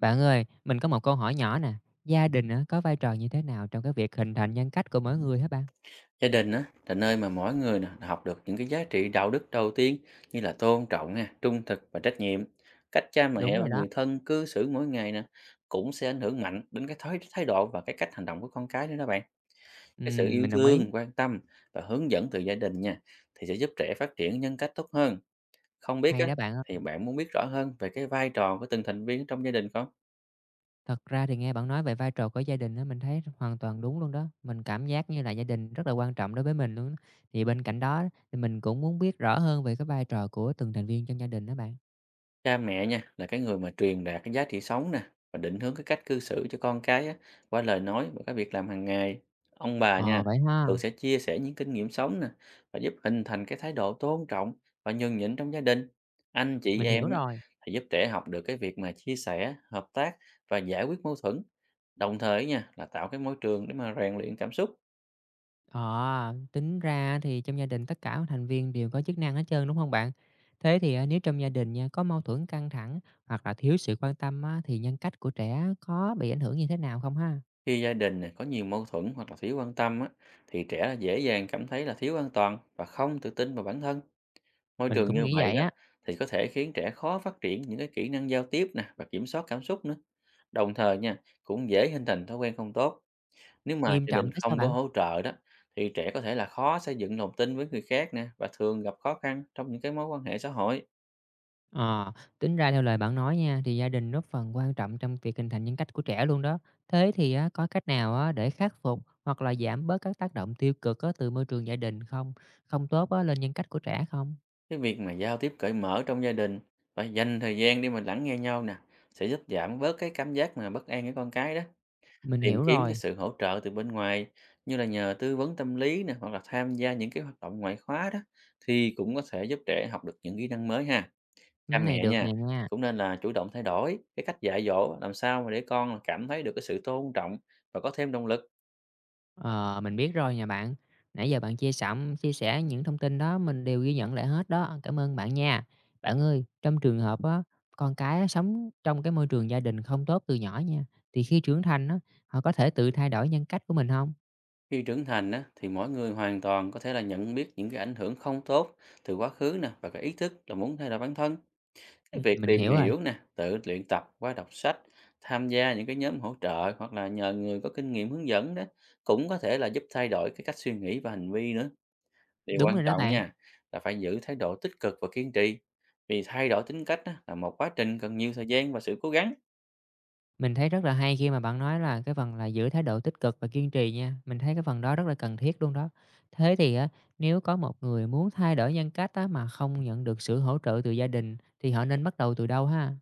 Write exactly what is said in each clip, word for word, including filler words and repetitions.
Bạn ơi, mình có một câu hỏi nhỏ nè. Gia đình á, có vai trò như thế nào trong cái việc hình thành nhân cách của mỗi người hả bạn? Gia đình á, là nơi mà mỗi người nè, học được những cái giá trị đạo đức đầu tiên như là tôn trọng, nè, trung thực và trách nhiệm. Cách cha Đúng mẹ và rồi đó. người thân cư xử mỗi ngày nè cũng sẽ ảnh hưởng mạnh đến cái thái, thái độ và cái cách hành động của con cái nữa đó bạn. Cái sự Ừm, yêu mình đồng ý. thương, quan tâm và hướng dẫn từ gia đình nha thì sẽ giúp trẻ phát triển nhân cách tốt hơn. Không biết á, Hay đó bạn ơi. thì bạn muốn biết rõ hơn về cái vai trò của từng thành viên trong gia đình không? Thật ra thì nghe bạn nói về vai trò của gia đình á, mình thấy hoàn toàn đúng luôn đó. Mình cảm giác như là gia đình rất là quan trọng đối với mình luôn. Á. Thì bên cạnh đó thì mình cũng muốn biết rõ hơn về cái vai trò của từng thành viên trong gia đình đó bạn. Cha mẹ nha là cái người mà truyền đạt cái giá trị sống nè và định hướng cái cách cư xử cho con cái á, qua lời nói và các việc làm hàng ngày. Ông bà nha Ờ vậy ha, thường sẽ chia sẻ những kinh nghiệm sống nè và giúp hình thành cái thái độ tôn trọng và nhường nhịn trong gia đình. Anh chị mình em hiểu á, rồi. thì giúp trẻ học được cái việc mà chia sẻ, hợp tác và giải quyết mâu thuẫn. Đồng thời nha là tạo cái môi trường để mà rèn luyện cảm xúc. Ờ, tính ra thì trong gia đình tất cả thành viên đều có chức năng hết trơn, đúng không bạn? Thế thì, à, nếu trong gia đình nha, có mâu thuẫn căng thẳng hoặc là thiếu sự quan tâm á, thì nhân cách của trẻ có bị ảnh hưởng như thế nào không ha? Khi gia đình này có nhiều mâu thuẫn hoặc là thiếu quan tâm á, thì trẻ dễ dàng cảm thấy là thiếu an toàn và không tự tin vào bản thân. Môi Mình trường cũng như nghĩ vậy vậy đó á, thì có thể khiến trẻ khó phát triển những cái kỹ năng giao tiếp nè và kiểm soát cảm xúc nữa. Đồng thời nha, cũng dễ hình thành thói quen không tốt. Nếu mà nghiêm gia trọng đình thế sao không có bạn? hỗ trợ đó thì trẻ có thể là khó xây dựng lòng tin với người khác nè và thường gặp khó khăn trong những cái mối quan hệ xã hội. Ờ, tính ra theo lời bạn nói nha, thì gia đình góp phần quan trọng trong việc hình thành nhân cách của trẻ luôn đó. Thế thì á, có cách nào á, để khắc phục hoặc là giảm bớt các tác động tiêu cực á, từ môi trường gia đình không không tốt á, lên nhân cách của trẻ không? Cái việc mà giao tiếp cởi mở trong gia đình và dành thời gian để mà lắng nghe nhau nè sẽ giúp giảm bớt cái cảm giác mà bất an của con cái đó. Mình Tìm hiểu kiếm cái rồi, sự hỗ trợ từ bên ngoài như là nhờ tư vấn tâm lý nè, hoặc là tham gia những cái hoạt động ngoại khóa đó thì cũng có thể giúp trẻ học được những kỹ năng mới ha. Cha ừm, này mẹ được nha, nè nha. cũng nên là chủ động thay đổi cái cách dạy dỗ làm sao mà để con cảm thấy được cái sự tôn trọng và có thêm động lực. Ờ, mình biết rồi nè bạn. Nãy giờ bạn chia sẩm chia sẻ những thông tin đó mình đều ghi nhận lại hết đó. Cảm ơn bạn nha. Bạn ơi, trong trường hợp á, con cái á, sống trong cái môi trường gia đình không tốt từ nhỏ nha, thì khi trưởng thành á, họ có thể tự thay đổi nhân cách của mình không? Khi trưởng thành á, thì mỗi người hoàn toàn có thể là nhận biết những cái ảnh hưởng không tốt từ quá khứ nè và cái ý thức là muốn thay đổi bản thân. Cái Ừm, việc mình tìm hiểu rồi, hiểu nè, tự luyện tập qua đọc sách, tham gia những cái nhóm hỗ trợ hoặc là nhờ người có kinh nghiệm hướng dẫn đó cũng có thể là giúp thay đổi cái cách suy nghĩ và hành vi nữa. Điều đúng quan rồi đó trọng bạn. nha là phải giữ thái độ tích cực và kiên trì. Vì thay đổi tính cách á, là một quá trình cần nhiều thời gian và sự cố gắng. Mình thấy rất là hay khi mà bạn nói là cái phần là giữ thái độ tích cực và kiên trì nha, mình thấy cái phần đó rất là cần thiết luôn đó. Thế thì á, nếu có một người muốn thay đổi nhân cách á, mà không nhận được sự hỗ trợ từ gia đình thì họ nên bắt đầu từ đâu ha?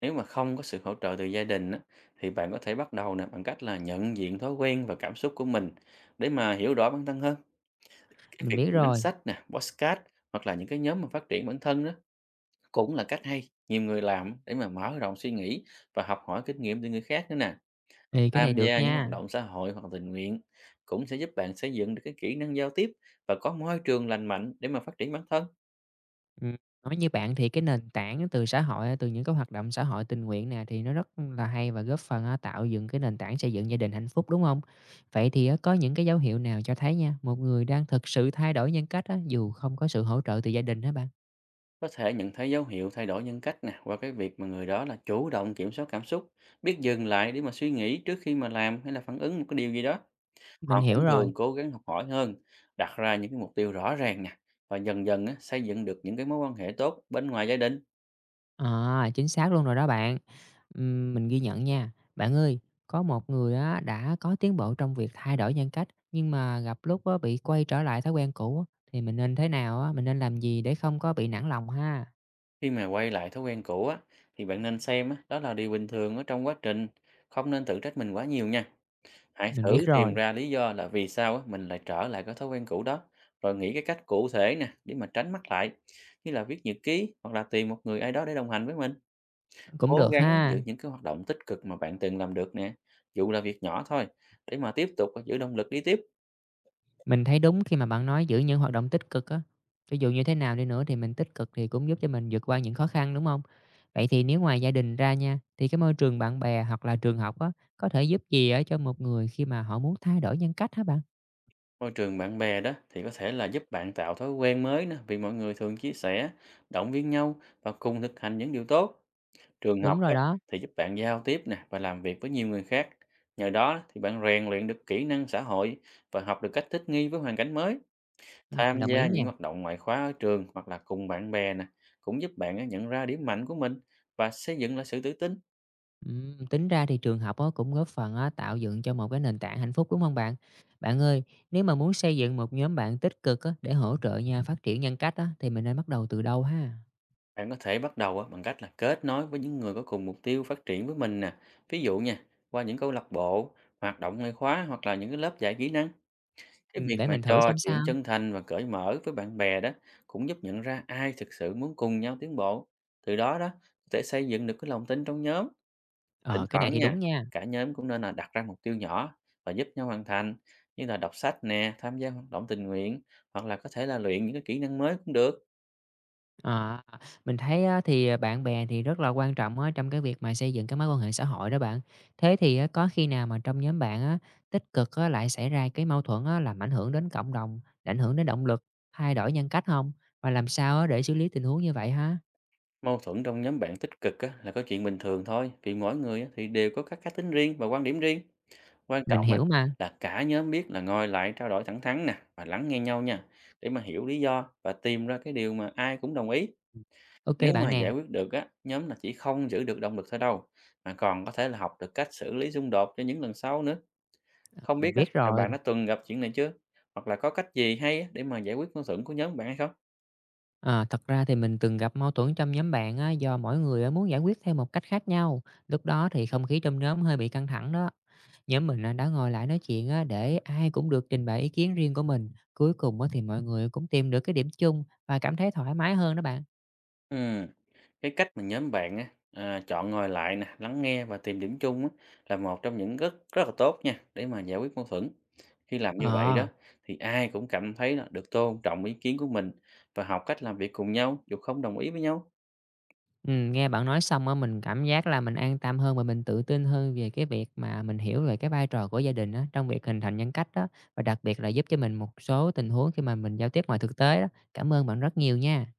Nếu mà không có sự hỗ trợ từ gia đình á, thì bạn có thể bắt đầu nè bằng cách là nhận diện thói quen và cảm xúc của mình để mà hiểu rõ bản thân hơn. Cái Mình việc biết tìm đến rồi, sách nè, podcast hoặc là những cái nhóm mà phát triển bản thân đó cũng là cách hay, nhiều người làm để mà mở rộng suy nghĩ và học hỏi kinh nghiệm từ người khác nữa nè. thì cái này Tham được gia những hoạt nha. động xã hội hoặc tình nguyện cũng sẽ giúp bạn xây dựng được cái kỹ năng giao tiếp và có môi trường lành mạnh để mà phát triển bản thân. Ừm, nói như bạn thì cái nền tảng từ xã hội, từ những cái hoạt động xã hội tình nguyện nè, thì nó rất là hay và góp phần, a, tạo dựng cái nền tảng xây dựng gia đình hạnh phúc, đúng không? Vậy thì á, có những cái dấu hiệu nào cho thấy nha, một người đang thực sự thay đổi nhân cách á, dù không có sự hỗ trợ từ gia đình hả bạn? Có thể nhận thấy dấu hiệu thay đổi nhân cách nè qua cái việc mà người đó là chủ động kiểm soát cảm xúc, biết dừng lại để mà suy nghĩ trước khi mà làm hay là phản ứng một cái điều gì đó. Mình Họ cũng hiểu rồi. thường cố gắng học hỏi hơn, đặt ra những cái mục tiêu rõ ràng nè và dần dần á, xây dựng được những cái mối quan hệ tốt bên ngoài gia đình. À, chính xác luôn rồi đó bạn. Ừm, mình ghi nhận nha. Bạn ơi, có một người á đã có tiến bộ trong việc thay đổi nhân cách, nhưng mà gặp lúc á bị quay trở lại thói quen cũ á, thì mình nên thế nào á, mình nên làm gì để không có bị nản lòng ha? Khi mà quay lại thói quen cũ á, thì bạn nên xem á, đó là điều bình thường ở trong quá trình, không nên tự trách mình quá nhiều nha. Hãy Mình thử biết tìm rồi, ra lý do là vì sao á, mình lại trở lại cái thói quen cũ đó, rồi nghĩ cái cách cụ thể nè để mà tránh mắc lại, như là viết nhật ký hoặc là tìm một người ai đó để đồng hành với mình. cũng Cố được gắng ha. giữ những cái hoạt động tích cực mà bạn từng làm được nè, dù là việc nhỏ thôi, để mà tiếp tục à, giữ động lực đi tiếp. Mình thấy đúng khi mà bạn nói giữ những hoạt động tích cực á. Cho dù như thế nào đi nữa thì mình tích cực thì cũng giúp cho mình vượt qua những khó khăn đúng không? Vậy thì nếu ngoài gia đình ra nha, thì cái môi trường bạn bè hoặc là trường học á, có thể giúp gì á cho một người khi mà họ muốn thay đổi nhân cách hả bạn? Môi trường bạn bè đó thì có thể là giúp bạn tạo thói quen mới nè, vì mọi người thường chia sẻ, động viên nhau và cùng thực hành những điều tốt. Trường học Đúng á, rồi đó, thì giúp bạn giao tiếp nè và làm việc với nhiều người khác. Nhờ đó thì bạn rèn luyện được kỹ năng xã hội và học được cách thích nghi với hoàn cảnh mới. ừm, Tham đồng gia ý nè. những hoạt động ngoại khóa ở trường hoặc là cùng bạn bè nè cũng giúp bạn á, nhận ra điểm mạnh của mình và xây dựng lại sự tự tin. Ừm, tính ra thì trường học á, cũng góp phần á, tạo dựng cho một cái nền tảng hạnh phúc, đúng không bạn? Bạn ơi, nếu mà muốn xây dựng một nhóm bạn tích cực á, để hỗ trợ nhau phát triển nhân cách á, thì mình nên bắt đầu từ đâu ha? Bạn có thể bắt đầu á, bằng cách là kết nối với những người có cùng mục tiêu phát triển với mình nè. Ví dụ nha, qua những câu lạc bộ, hoạt động ngoại khóa hoặc là những cái lớp dạy kỹ năng. Cái Ừm, việc để mà mình thử trò xem chuyện sao. chân thành và cởi mở với bạn bè đó cũng giúp nhận ra ai thực sự muốn cùng nhau tiến bộ. Từ đó đó, có thể xây dựng được cái lòng tin trong nhóm. Thỉnh Ờ, cái này thoảng thì nha, đúng nha. cả nhóm cũng nên là đặt ra mục tiêu nhỏ và giúp nhau hoàn thành, như là đọc sách nè, tham gia hoạt động tình nguyện, hoặc là có thể là luyện những cái kỹ năng mới cũng được. À, mình thấy á, thì, à, bạn bè thì rất là quan trọng á, trong cái việc mà xây dựng cái mối quan hệ xã hội đó bạn. Thế thì á, có khi nào mà trong nhóm bạn á, tích cực á, lại xảy ra cái mâu thuẫn á, làm ảnh hưởng đến cộng đồng, ảnh hưởng đến động lực, thay đổi nhân cách không? Và làm sao á, để xử lý tình huống như vậy ha? Mâu thuẫn trong nhóm bạn tích cực á, là có chuyện bình thường thôi, vì mỗi người á, thì đều có các cá tính riêng và quan điểm riêng. Quan Mình trọng á hiểu mà. là cả nhóm biết là ngồi lại trao đổi thẳng thắn nè và lắng nghe nhau nha để mà hiểu lý do và tìm ra cái điều mà ai cũng đồng ý. OK Nếu bạn mà giải nè, quyết được á, nhóm là chỉ không giữ được động lực thôi đâu mà còn có thể là học được cách xử lý xung đột cho những lần sau nữa. ờ, Không biết mình á biết là rồi. bạn đã từng gặp chuyện này chưa? Hoặc là có cách gì hay á để mà giải quyết mâu thuẫn của nhóm bạn hay không? À, thật ra thì mình từng gặp mâu thuẫn trong nhóm bạn á, do mỗi người á, muốn giải quyết theo một cách khác nhau. Lúc đó thì không khí trong nhóm hơi bị căng thẳng đó. Nhóm mình á, đã ngồi lại nói chuyện á, để ai cũng được trình bày ý kiến riêng của mình. Cuối cùng á, thì mọi người cũng tìm được cái điểm chung và cảm thấy thoải mái hơn đó bạn. Ừ. Cái cách mà nhóm bạn á, à, chọn ngồi lại nè, lắng nghe và tìm điểm chung á, là một trong những rất rất là tốt nha để mà giải quyết mâu thuẫn. Khi làm như vậy đó Ờ, thì ai cũng cảm thấy là được tôn trọng ý kiến của mình và học cách làm việc cùng nhau dù không đồng ý với nhau. ừ, nghe bạn nói xong á, mình cảm giác là mình an tâm hơn và mình tự tin hơn về cái việc mà mình hiểu về cái vai trò của gia đình á, trong việc hình thành nhân cách đó. Và đặc biệt là giúp cho mình một số tình huống khi mà mình giao tiếp ngoài thực tế đó. Cảm ơn bạn rất nhiều nha.